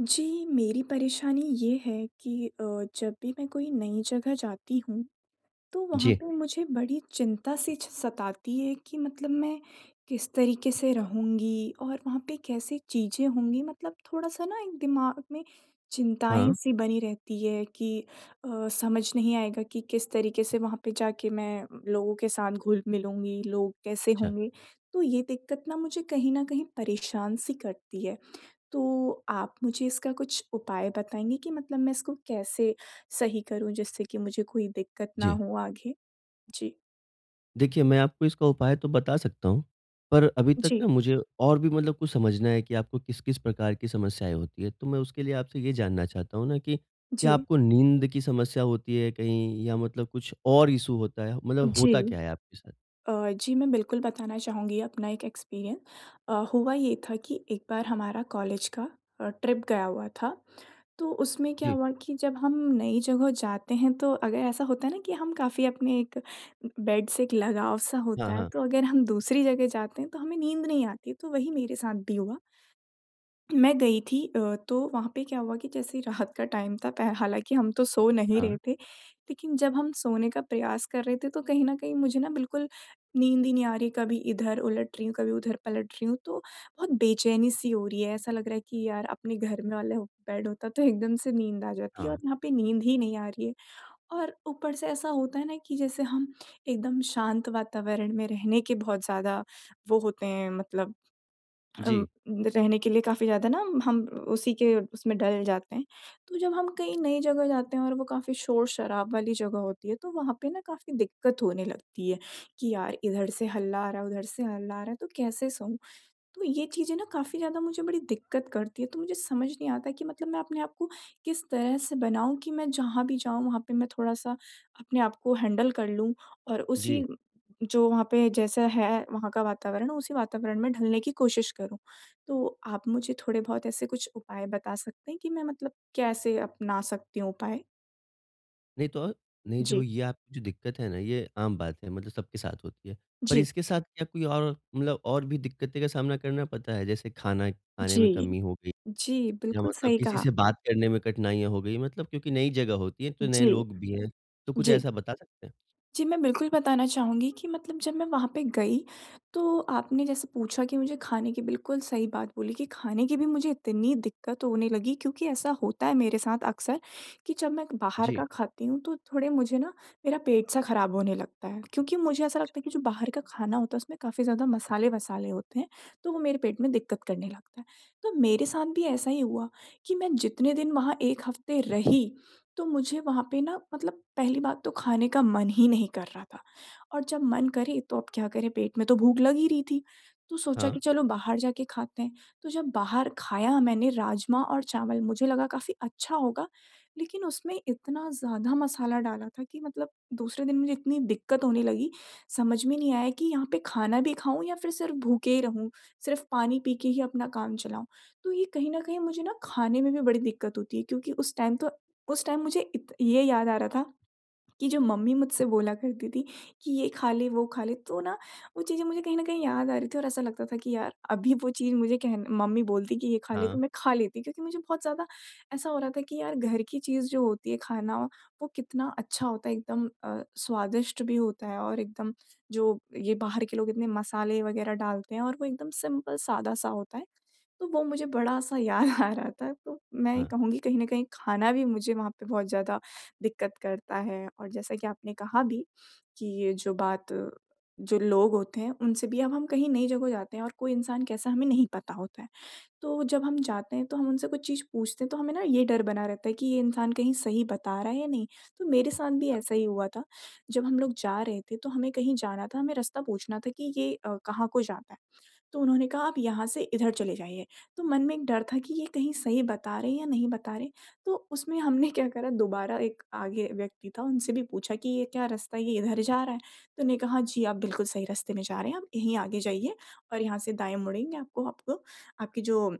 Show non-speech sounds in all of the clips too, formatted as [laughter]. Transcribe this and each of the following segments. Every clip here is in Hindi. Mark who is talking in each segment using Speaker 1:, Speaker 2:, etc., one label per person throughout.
Speaker 1: जी, मेरी परेशानी ये है कि जब भी मैं कोई नई जगह जाती हूँ, तो वहाँ
Speaker 2: जी,
Speaker 1: पे मुझे बड़ी चिंता सी छ सताती है कि मतलब मैं किस तरीके से रहूँगी और वहाँ पे कैसे चीज़ें होंगी, मतलब थोड़ा-सा ना एक दिमाग में चिंताएँ
Speaker 2: हाँ।
Speaker 1: सी बनी रहती है कि समझ नहीं आएगा कि किस तरीके से वहाँ पे जाके मैं लोगों के साथ घुल-मिलूँगी, लोग कैसे
Speaker 2: अच्छा,
Speaker 1: होंगे। तो ये दिक्कत ना मुझे कहीं न कहीं परेशान सी करती है। तो आप मुझे इसका कुछ उपाय बताएँगे कि मतलब मैं इसको कैसे सही करूँ जिससे कि मुझे कोई दिक्कत ना
Speaker 2: जी।
Speaker 1: हो आगे? जी।
Speaker 2: देखिए, मैं आपको इसका उपाय तो बता सकता हूँ, पर अभी तक
Speaker 1: जी,
Speaker 2: ना मुझे और भी मतलब कुछ समझना है कि आपको किस-किस प्रकार की समस्याएँ होती हैं। तो मैं उसके लिए आपसे ये जानना चाहता हूँ ना कि क्या
Speaker 1: जी,
Speaker 2: आपको नींद की समस्या होती है कहीं या मतलब कुछ और इश्यू होता है? मतलब
Speaker 1: जी।
Speaker 2: होता क्या है आपके साथ?
Speaker 1: जी, मैं बिल्कुल बताना चाहूँगी अपना एक एक्सपीरियंस। हुआ ये था कि एक बार हमारा कॉलेज का ट्रिप गया हुआ था। तो उसमें क्या
Speaker 2: जी।
Speaker 1: हुआ कि जब हम नई जगह जाते हैं तो अगर ऐसा होता है ना कि हम काफ़ी अपने एक बेड से एक लगाव-सा
Speaker 2: हाँ,
Speaker 1: होता है,
Speaker 2: हाँ।
Speaker 1: तो अगर हम दूसरी जगह जाते हैं तो हमें नींद नहीं आती, तो वही मेरे साथ भी हुआ। मैं गई थी तो वहाँ पे क्या हुआ कि जैसे रात का टाइम था, पह हालाँकि हम तो सो नहीं
Speaker 2: हाँ,
Speaker 1: रहे थे, लेकिन जब हम सोने का प्रयास कर रहे थे तो कहीं न कहीं मुझे ना बिल्कुल नींद ही नहीं आ रही है, कभी इधर उलट रही हूँ, कभी उधर पलट रही हूँ, तो बहुत बेचैनी-सी हो रही है। ऐसा लग रहा है कि यार अपने घर में वाला बेड होता तो एकदम से नींद आ जाती है
Speaker 2: हाँ।
Speaker 1: और यहाँ पे नींद ही नहीं आ रही है। और ऊपर से ऐसा होता है ना कि जैसे हम एकदम शांत वातावरण में रहने के बहुत ज़्यादा वो होते हैं, मतलब अम,
Speaker 2: जी,
Speaker 1: रहने के लिए काफ़ी ज़्यादा ना हम उसी के उसमें डल जाते हैं। तो जब हम कहीं नई जगह जाते हैं और वो काफ़ी शोर-शराब वाली जगह होती है तो वहाँ पे ना काफ़ी दिक्कत होने लगती है कि यार इधर से हल्ला आ रहा है, उधर से हल्ला आ रहा है, तो कैसे सोऊँ? तो ये चीज़ें ना काफ़ी ज़्यादा मुझे बड़ी दिक्कत करती है, तो मुझे समझ नहीं आता कि मतलब मैं अपने आप को किस तरह से बनाऊँ कि मैं जहाँ भी जाऊँ वहाँ पे मैं थोड़ा-सा अपने आप को हैंडल कर लूँ और उसी
Speaker 2: जी।
Speaker 1: जो वहाँ पे जैसा है वहाँ का वातावरण उसी वातावरण में ढलने की कोशिश करूँ। तो आप मुझे थोड़े बहुत ऐसे कुछ उपाय बता सकते हैं कि मैं मतलब कैसे अपना सकती हूँ उपाय?
Speaker 2: नहीं तो नहीं जो
Speaker 1: जी,
Speaker 2: ये आपकी जो दिक्कत है ना, ये आम बात है मतलब सबके साथ होती है। पर
Speaker 1: जी,
Speaker 2: इसके साथ क्या कोई और मतलब और भी दिक्कतें का सामना करना पता है? जैसे खाना खाने में
Speaker 1: जी,
Speaker 2: कमी हो गई
Speaker 1: जी,
Speaker 2: या
Speaker 1: बिल्कुल
Speaker 2: मतलब
Speaker 1: सही
Speaker 2: किसी
Speaker 1: कहा।
Speaker 2: से बात करने में कठिनाइयाँ हो गई मतलब क्योंकि नई जगह होती है, तो नए
Speaker 1: जी,
Speaker 2: लोग भी हैं, तो कुछ
Speaker 1: जी।
Speaker 2: ऐसा बता सकते हैं?
Speaker 1: जी, मैं बिल्कुल बताना चाहूँगी कि मतलब जब मैं वहाँ पे गई, तो आपने जैसे पूछा कि मुझे खाने की बिल्कुल सही बात बोली कि खाने की भी मुझे इतनी दिक्कत होने लगी क्योंकि ऐसा होता है मेरे साथ अक्सर कि जब मैं बाहर
Speaker 2: जी।
Speaker 1: का खाती हूँ, तो थोड़े मुझे ना मेरा पेट सा खराब होने लगता है। क्योंकि मुझे ऐसा लगता है कि जो बाहर का खाना होता है, उसमें काफ़ी ज़्यादा मसाले-वसाले होते हैं, तो वो मेरे पेट में दिक्कत करने लगता है। तो मेरे साथ भी ऐसा ही हुआ कि मैं जितने दिन वहाँ 1 हफ़्ते रही तो मुझे वहाँ पे ना मतलब पहली बात तो खाने का मन ही नहीं कर रहा था और जब मन करे तो अब क्या करें, पेट में तो भूख लग ही रही थी। तो सोचा
Speaker 2: हाँ,
Speaker 1: कि चलो बाहर जाके खाते हैं, तो जब बाहर खाया मैंने राजमा और चावल, मुझे लगा काफ़ी अच्छा होगा, लेकिन उसमें इतना ज़्यादा मसाला डाला था कि मतलब दूसरे दिन मुझे इतनी दिक्कत होने लगी, समझ में नहीं आया कि यहाँ पे खाना भी खाऊँ या फिर सिर्फ़ भूखे ही रहूँ, सिर्फ़ पानी पी के ही अपना काम चलाऊँ। तो ये कहीं न कहीं मुझे ना खाने में भी बड़ी दिक्कत होती है क्योंकि उस टाइम मुझे इत ये याद आ रहा था कि जो मम्मी मुझसे बोला करती थी कि ये खा ले, वो खा ले, तो ना वो चीज़ें मुझे कहीं न कहीं याद आ रही थी और ऐसा लगता था कि यार अभी वो चीज़ मुझे कह मम्मी बोलती कि ये खा ले
Speaker 2: हाँ,
Speaker 1: तो मैं खा लेती क्योंकि मुझे बहुत ज़्यादा ऐसा हो रहा था कि यार घर की चीज़ जो होती है खाना वो कितना अच्छा होता है, एकदम स्वादिष्ट भी होता है, और एकदम जो ये बाहर के लोग इतने मसाले वग़ैरह डालते हैं और वो एकदम सिंपल सादा-सा होता है। तो वो मुझे बड़ा-सा याद [laughs] आ रहा था, तो मैं
Speaker 2: हाँ।
Speaker 1: कहूँगी कहीं न कहीं खाना भी मुझे वहाँ पे बहुत ज़्यादा दिक्कत करता है और जैसा कि आपने कहा भी कि ये जो बात जो लोग होते हैं उनसे भी, अब हम कहीं नई जगह जाते हैं और कोई इंसान कैसा हमें नहीं पता होता है। तो जब हम जाते हैं तो हम उनसे कुछ चीज़ पूछते हैं तो हमें ना ये डर बना रहता है कि ये इंसान कहीं सही बता रहा है या नहीं। तो मेरे साथ भी ऐसा ही हुआ था। जब हम लोग जा रहे थे तो हमें कहीं जाना था, हमें रास्ता पूछना था कि ये कहाँ को जाता है। तो उन्होंने कहा आप यहाँ से इधर चले जाइए। तो मन में एक डर था कि ये कहीं सही बता रहे हैं या नहीं बता रहे। तो उसमें हमने क्या करा, दोबारा एक आगे व्यक्ति था उनसे भी पूछा कि ये क्या रास्ता है, ये इधर जा रहा है? तो उन्होंने कहा जी, आप बिल्कुल सही रास्ते में जा रहे हैं, आप यहीं आगे जाइए और यहाँ से दाएँ मुड़ेंगे आपको आपको आपकी जो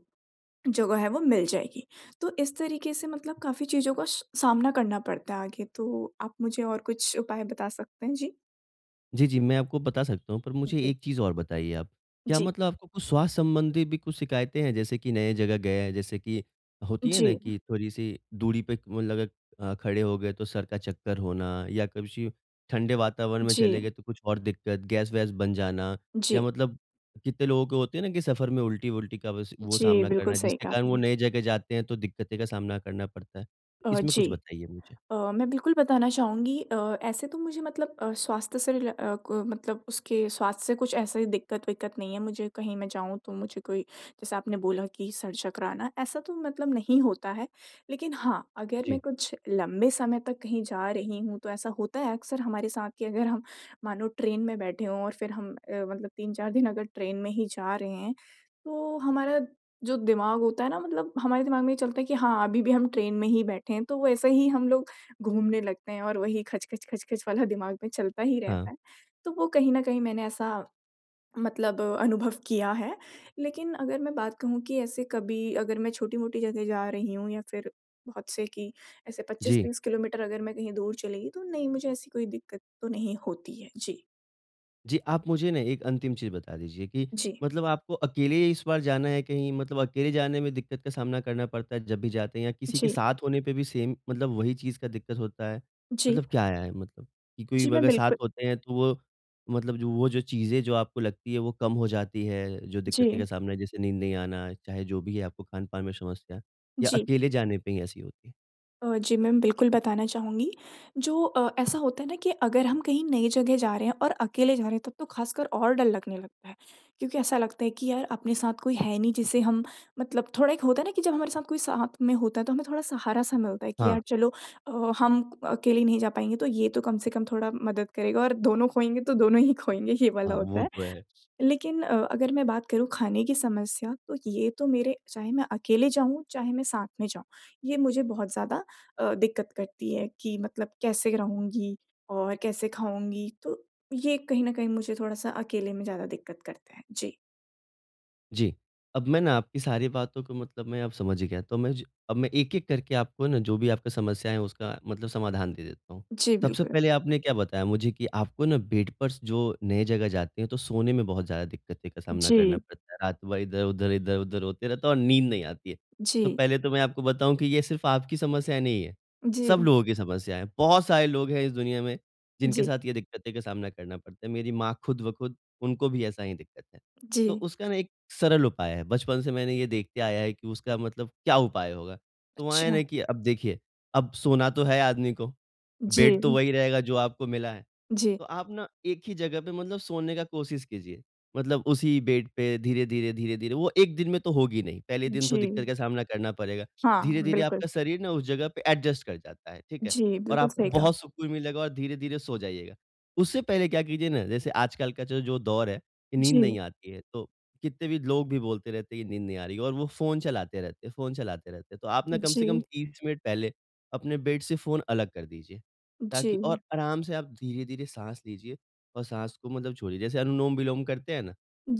Speaker 1: जगह है वो मिल जाएगी। तो इस तरीके से मतलब काफ़ी चीज़ों का श सामना करना पड़ता है आगे, तो आप मुझे और कुछ उपाय बता सकते हैं? जी।
Speaker 2: जी, जी, मैं आपको बता सकता हूँ, पर मुझे
Speaker 1: जी।
Speaker 2: एक चीज़ और बताइए आप। क्या
Speaker 1: जी।
Speaker 2: मतलब आपको कुछ स्वास्थ्य संबंधी भी कुछ शिकायतें हैं? जैसे कि नए जगह गए हैं, जैसे कि होती है ना
Speaker 1: जी।
Speaker 2: कि थोड़ी-सी दूरी पे मतलब अगर खड़े हो गए तो सर का चक्कर होना या किसी ठंडे वातावरण में
Speaker 1: जी।
Speaker 2: चले गए तो कुछ और दिक्कत, गैस-वैस बन जाना या
Speaker 1: जी।
Speaker 2: मतलब कितने लोगों के होते हैं ना कि सफ़र में उल्टी-वुल्टी का बस
Speaker 1: जी,
Speaker 2: वो
Speaker 1: जी,
Speaker 2: सामना
Speaker 1: बिल्कुल
Speaker 2: करना,
Speaker 1: सही
Speaker 2: जिसके
Speaker 1: कहा
Speaker 2: कारण वो
Speaker 1: आपने।
Speaker 2: नए जगह जाते हैं तो दिक्कतें का सामना करना पड़ता है। इसमें कुछ
Speaker 1: जी।
Speaker 2: बताइए मुझे?
Speaker 1: मैं बिल्कुल बताना चाहूँगी, ऐसे तो मुझे मतलब स्वास्थ्य से रिले अ, क मतलब उसके स्वास्थ्य से कुछ ऐसी दिक्कत-विक्कत नहीं है। मुझे कहीं मैं जाऊँ तो मुझे कोई, जैसे आपने बोला कि सर चकराना, ऐसा तो मतलब नहीं होता है। लेकिन हाँ, अगर मैं
Speaker 2: जी।
Speaker 1: कुछ लंबे समय तक कहीं जा रही हूँ तो ऐसा होता है अक्सर हमारे साथ कि अगर हम मानो ट्रेन में बैठे हों और फिर हम मतलब 3-4 दिन अगर ट्रेन में ही जा रहे हैं, तो हमारा जो दिमाग होता है ना, मतलब हमारे दिमाग में ये चलता है कि हाँ, अभी भी हम ट्रेन में ही बैठे हैं। तो वैसे ही हम लोग घूमने लगते हैं और वही खच-खच, खच-खच वाला दिमाग में चलता ही
Speaker 2: हाँ।
Speaker 1: रहता है। तो वो कहीं न कहीं मैंने ऐसा मतलब अनुभव किया है। लेकिन अगर मैं बात कहूँ कि ऐसे कभी अगर मैं छोटी-मोटी जगह जा रही हूँ या फिर बहुत से कि ऐसे
Speaker 2: जी।
Speaker 1: 25-30 किलोमीटर अगर मैं कहीं दूर चली गई तो नहीं, मुझे ऐसी कोई दिक्कत तो नहीं होती है। जी,
Speaker 2: जी, आप मुझे ना एक अंतिम चीज़ बता दीजिए कि
Speaker 1: जी,
Speaker 2: मतलब आपको अकेले इस बार जाना है कहीं मतलब अकेले जाने में दिक्कत का सामना करना पड़ता है जब भी जाते हैं या किसी के
Speaker 1: जी,
Speaker 2: साथ होने पे भी सेम मतलब वही चीज़ का दिक्कत होता है?
Speaker 1: जी,
Speaker 2: मतलब क्या है मतलब कि कोई
Speaker 1: जी, मैं
Speaker 2: अगर साथ
Speaker 1: बिल्कुल
Speaker 2: होते हैं तो वो मतलब जो वो जो चीज़ें जो आपको लगती है वो कम हो जाती है, जो दिक्कतें का
Speaker 1: जी,
Speaker 2: सामना है जैसे नींद नहीं आना, चाहे जो भी है आपको खान-पान में समस्या या
Speaker 1: जी।
Speaker 2: अकेले जाने पे ही ऐसी होती है?
Speaker 1: जी, मैम बिल्कुल बताना चाहूँगी। जो ऐसा होता है ना कि अगर हम कहीं नई जगह जा रहे हैं और अकेले जा रहे हैं तब तो ख़ासकर और डर लगने लगता है। क्योंकि ऐसा लगता है कि यार अपने साथ कोई है नहीं जिसे हम मतलब, थोड़ा एक होता है ना कि जब हमारे साथ कोई साथ में होता है तो हमें थोड़ा सहारा-सा मिलता है कि
Speaker 2: हाँ,
Speaker 1: यार चलो हम अकेले नहीं जा पाएँगे तो ये तो कम से कम थोड़ा मदद करेगा और दोनों खोएँगे तो दोनों ही खोएँगे, ये वाला
Speaker 2: हाँ,
Speaker 1: होता
Speaker 2: वो
Speaker 1: है।
Speaker 2: तो है।
Speaker 1: लेकिन अगर मैं बात करूँ खाने की समस्या तो ये तो मेरे, चाहे मैं अकेले जाऊँ, चाहे मैं साथ में जाऊँ, ये मुझे बहुत ज़्यादा दिक्कत करती है कि मतलब कैसे रहूँगी और कैसे खाऊँगी? तो ये कहीं न कहीं मुझे थोड़ा-सा अकेले में ज़्यादा दिक्कत करता है। जी।
Speaker 2: जी। अब मैं ना आपकी सारी बातों को मतलब मैं अब समझ गया। तो मैं ज अब मैं एक-एक करके आपको ना जो भी आपकी समस्या है उसका मतलब समाधान दे देता हूँ।
Speaker 1: जी,
Speaker 2: सबसे
Speaker 1: बिल्कुल।
Speaker 2: पहले आपने क्या बताया मुझे कि आपको ना बेड पर स जो नए जगह जाते हैं तो सोने में बहुत ज़्यादा दिक्कतें का सामना करना
Speaker 1: जी,
Speaker 2: पड़ता है। रात भर इधर-उधर, इधर-उधर होते रहते हो और नींद नहीं आती है। तो
Speaker 1: जी,
Speaker 2: पहले तो मैं आपको बताऊँ कि ये सिर्फ़ आपकी समस्या नहीं है,
Speaker 1: जी,
Speaker 2: सब लोगों की समस्या है। बहुत सारे लोग हैं इस दुनिया में जिनके
Speaker 1: जी,
Speaker 2: साथ ये दिक्कतें का सामना करना पड़ता है। मेरी माँ खुद ब खुद उनको भी ऐसा ही दिक्कत है।
Speaker 1: जी।
Speaker 2: तो उसका ना एक सरल उपाय है, बचपन से मैंने ये देखते आया है कि उसका मतलब क्या उपाय होगा? तो वहाँ है
Speaker 1: अच्छा।
Speaker 2: ना कि अब देखिए, अब सोना तो है आदमी को,
Speaker 1: जी,
Speaker 2: बेड तो वही रहेगा जो आपको मिला है।
Speaker 1: जी,
Speaker 2: तो आप ना एक ही जगह पे मतलब सोने का कोशिश कीजिए। मतलब उसी बेड पे धीरे-धीरे, धीरे-धीरे वो 1 दिन में तो होगी नहीं, पहले दिन तो
Speaker 1: जी।
Speaker 2: दिक्कत का सामना करना पड़ेगा।
Speaker 1: हाँ,
Speaker 2: धीरे-धीरे
Speaker 1: बिल्कुल।
Speaker 2: आपका शरीर ना उस जगह पे एडजस्ट कर जाता है, ठीक है?
Speaker 1: जी,
Speaker 2: और
Speaker 1: बिल्कुल
Speaker 2: आपको
Speaker 1: सही कहा।
Speaker 2: बहुत सुकून मिलेगा और धीरे-धीरे सो जाइएगा। उससे पहले क्या कीजिए ना, जैसे आजकल का जो जो दौर है कि नींद
Speaker 1: जी,
Speaker 2: नहीं आती है, तो कितने भी लोग भी बोलते रहते हैं कि नींद नहीं आ रही है और वो फ़ोन चलाते रहते हैं फ़ोन चलाते रहते हैं। तो आप ना कम से कम
Speaker 1: जी,
Speaker 2: 30 मिनट पहले अपने बेड से फ़ोन अलग कर दीजिए। ताकि और
Speaker 1: जी,
Speaker 2: आराम से आप धीरे-धीरे साँस लीजिए और साँस को मतलब छोड़िए। जैसे अनुलोम-विलोम करते हैं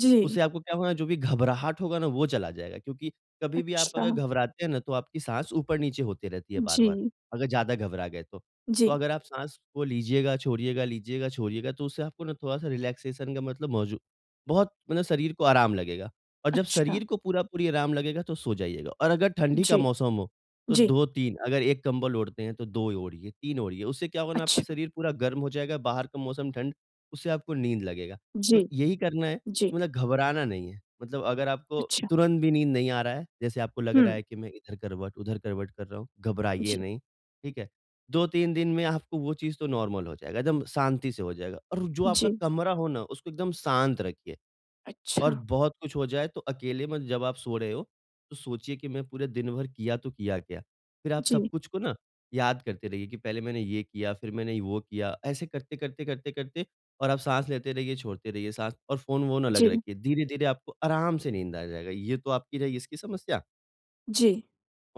Speaker 1: जी।
Speaker 2: उससे आपको क्या होगा जो भी घबराहट होगा ना वो चला जाएगा क्योंकि कभी भी आप
Speaker 1: अच्छा,
Speaker 2: अगर घबराते हैं ना तो आपकी साँस ऊपर-नीचे होती रहती है
Speaker 1: जी।
Speaker 2: बार-बार, अगर ज़्यादा घबरा गए तो।
Speaker 1: जी,
Speaker 2: तो अगर आप साँस को लीजिएगा, छोड़िएगा तो उससे आपको ना थोड़ा-सा रिलैक्सेशन का मतलब मौजू बहुत मतलब शरीर को आराम लगेगा और जब
Speaker 1: अच्छा,
Speaker 2: शरीर को पूरा-पूरी आराम लगेगा तो सो जाइएगा और अगर ठंडी का
Speaker 1: जी,
Speaker 2: मौसम हो तो
Speaker 1: जी,
Speaker 2: 2-3 अगर 1 कंबल ओढ़ते हैं तो 2 ओढ़िए, 3 ओढ़िए, उससे क्या होगा ना आपका
Speaker 1: अच्छा,
Speaker 2: शरीर पूरा गर्म हो जाएगा, बाहर का मौसम ठंड, उससे आपको नींद लगेगा। तो
Speaker 1: जी,
Speaker 2: यही करना है।
Speaker 1: जी,
Speaker 2: मतलब घबराना नहीं है। मतलब अगर आपको
Speaker 1: अच्छा,
Speaker 2: तुरंत भी नींद नहीं आ रहा है, जैसे आपको लग रहा है
Speaker 1: हुँ,
Speaker 2: कि मैं इधर करवट, उधर करवट कर रहा हूँ, घबराइए
Speaker 1: जी,
Speaker 2: नहीं, ठीक है? 2-3 दिन में आपको वो चीज़ तो नॉर्मल हो जाएगा, एकदम शांति से हो जाएगा और जो आपका
Speaker 1: जी,
Speaker 2: कमरा हो ना, उसको एकदम शांत रखिए। और
Speaker 1: अच्छा,
Speaker 2: बहुत कुछ हो जाए तो अकेले में जब आप सो रहे हो, तो सोचिए कि मैं पूरे दिन भर किया तो किया क्या? फिर आप सब
Speaker 1: जी,
Speaker 2: कुछ को ना याद करते रहिए कि पहले मैंने ये किया, फिर मैंने वो किया। ऐसे करते, करते, करते, करते और आप साँस लेते रहिए, छोड़ते रहिए साँस और फ़ोन-वोन अलग
Speaker 1: जी,
Speaker 2: रखिए। धीरे-धीरे आपको आराम से नींद आ जाएगा। ये तो आपकी रही इसकी समस्या।
Speaker 1: जी,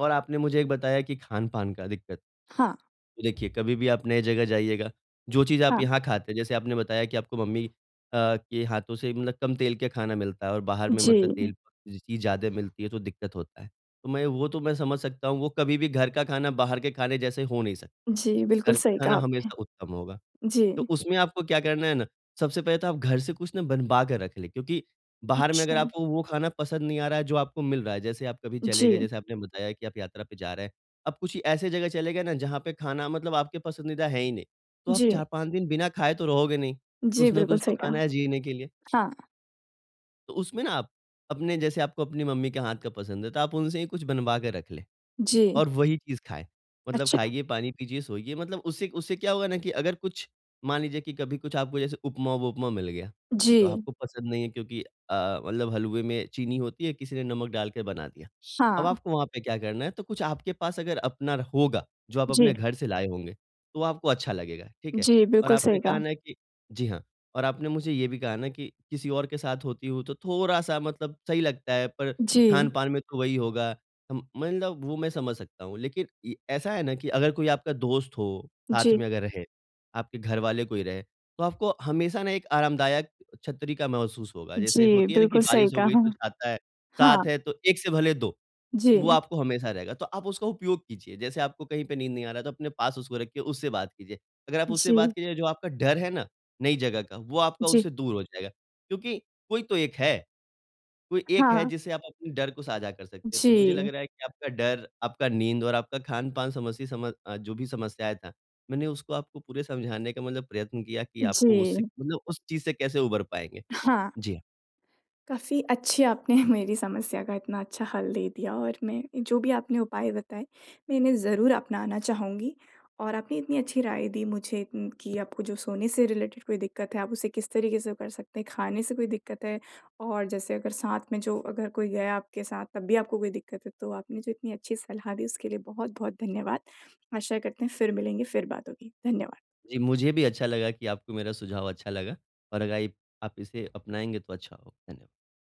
Speaker 2: और आपने मुझे एक बताया कि खान-पान का दिक्कत।
Speaker 1: हाँ,
Speaker 2: तो देखिए, कभी भी आप नए जगह जाइएगा, जो चीज़ आप
Speaker 1: हाँ,
Speaker 2: यहाँ खाते हैं जैसे आपने बताया कि आपको मम्मी के हाथों से मतलब कम तेल के खाना मिलता है और बाहर में
Speaker 1: जी,
Speaker 2: मतलब तेल चीज़ ज़्यादा मिलती है तो दिक्कत होता है। तो मैं वो तो मैं समझ सकता हूँ, वो कभी भी घर का खाना बाहर के खाने जैसे हो नहीं सकती है।
Speaker 1: जी, बिल्कुल
Speaker 2: घर का
Speaker 1: सही कहा
Speaker 2: खाना
Speaker 1: आपने।
Speaker 2: हमेशा उत्तम होगा।
Speaker 1: जी,
Speaker 2: तो उसमें आपको क्या करना है ना, सबसे पहले तो आप घर से कुछ ना बनवा के रख लें क्योंकि बाहर में
Speaker 1: अच्छा,
Speaker 2: अगर आपको वो खाना पसंद नहीं आ रहा है जो आपको मिल रहा है, जैसे आप कभी चले गए,
Speaker 1: जी,
Speaker 2: जैसे आपने बताया कि आप यात्रा पे जा रहे हैं। आप कुछ ही ऐसे जगह चले गए ना जहाँ पे खाना मतलब आपके पसंदीदा है ही नहीं, तो आप
Speaker 1: जी,
Speaker 2: 4-5 दिन बिना खाए तो रहोगे नहीं,
Speaker 1: जी,
Speaker 2: कुछ ना
Speaker 1: बिल्कुल
Speaker 2: कुछ तो
Speaker 1: सही
Speaker 2: खाना
Speaker 1: कहा।
Speaker 2: है जीने के लिए।
Speaker 1: हाँ,
Speaker 2: तो उसमें ना आप अपने जैसे आपको अपनी मम्मी के हाथ का पसंद है, तो आप उनसे ही कुछ बनवा के रख लें।
Speaker 1: जी,
Speaker 2: और वही चीज़ खाएँ। मतलब
Speaker 1: अच्छा,
Speaker 2: खाइए, पानी पीजिए, सोइए मतलब उससे उससे क्या होगा ना कि अगर कुछ मान लीजिए कि कभी कुछ आपको जैसे उपमा-वुपमा मिल गया, तो
Speaker 1: जी,
Speaker 2: आपको पसंद नहीं है क्योंकि मतलब हलवे में चीनी होती है, किसी ने नमक डाल के बना दिया। अब
Speaker 1: हाँ,
Speaker 2: आपको वहाँ पे क्या करना है, तो कुछ आपके पास अगर अपना होगा, जो आप
Speaker 1: जी,
Speaker 2: अपने घर से लाए होंगे, तो वो आपको अच्छा लगेगा, ठीक है?
Speaker 1: जी,
Speaker 2: और
Speaker 1: बिल्कुल
Speaker 2: आपने
Speaker 1: सही
Speaker 2: कहा
Speaker 1: कहा।
Speaker 2: ना कि जी हाँ, और आपने मुझे ये भी कहा ना कि किसी और के साथ होती हूँ, तो थोड़ा-सा मतलब सही लगता है, पर
Speaker 1: जी,
Speaker 2: खान-पान में तो वही होगा। म मतलब वो मैं समझ सकता हूँ। लेकिन इ ऐसा है ना कि अगर कोई आपका दोस्त हो, साथ
Speaker 1: जी,
Speaker 2: में अगर रहे, आपके घरवाले कोई रहे, तो आपको हमेशा ना एक आरामदायक छतरी का महसूस होगा। जैसे
Speaker 1: जी,
Speaker 2: होती है ना कि
Speaker 1: बिल्कुल सही
Speaker 2: बारिश हो गई
Speaker 1: कहा।
Speaker 2: तो छाता है,
Speaker 1: हाँ,
Speaker 2: साथ है तो एक से भले दो, वो
Speaker 1: जी,
Speaker 2: आपको हमेशा रहेगा। तो आप उसका उपयोग कीजिए। जैसे आपको कहीं पे नींद नहीं आ रहा है तो अपने पास उसको रखिए, उससे बात कीजिए। अगर आप उससे बात
Speaker 1: जी,
Speaker 2: कीजिए जो आपका डर है ना, नई जगह का, वो आपका
Speaker 1: जी,
Speaker 2: उससे दूर हो जाएगा। क्योंकि कोई तो एक है। कोई एक है
Speaker 1: हाँ,
Speaker 2: जिससे आप अपने डर को साझा कर सकते हैं। तो मुझे लग
Speaker 1: जी,
Speaker 2: रहा है कि आपका डर, आपका नींद और आपका खान-पान समस्या जो भी समस्याएँ था, मैंने उसको आपको पूरे समझाने का मतलब प्रयत्न किया कि आपको उससे
Speaker 1: जी,
Speaker 2: मतलब उस चीज़ से कैसे उभर पाएँगे।
Speaker 1: हाँ।
Speaker 2: जी हाँ।
Speaker 1: काफ़ी अच्छी आपने [laughs] मेरी समस्या का इतना अच्छा हल दे दिया और मैं जो भी आपने उपाय बताए, मैं इन्हें ज़रूर अपनाना चाहूँगी। और आपने इतनी अच्छी राय दी मुझे, कि आपको जो सोने से रिलेटेड कोई दिक्कत है, आप उसे किस तरीके से कर सकते हैं, खाने से कोई दिक्कत है और जैसे अगर साथ में जो अगर कोई गया आपके साथ तब भी आपको कोई दिक्कत है, तो आपने जो इतनी अच्छी सलाह दी उसके लिए बहुत-बहुत धन्यवाद। आशा करते हैं फिर मिलेंगे, फिर बात होगी। धन्यवाद।
Speaker 2: जी, मुझे भी अच्छा लगा कि आपको मेरा सुझाव अच्छा लगा और अगर ये आप इसे अपनाएँगे तो अच्छा होगा। धन्यवाद।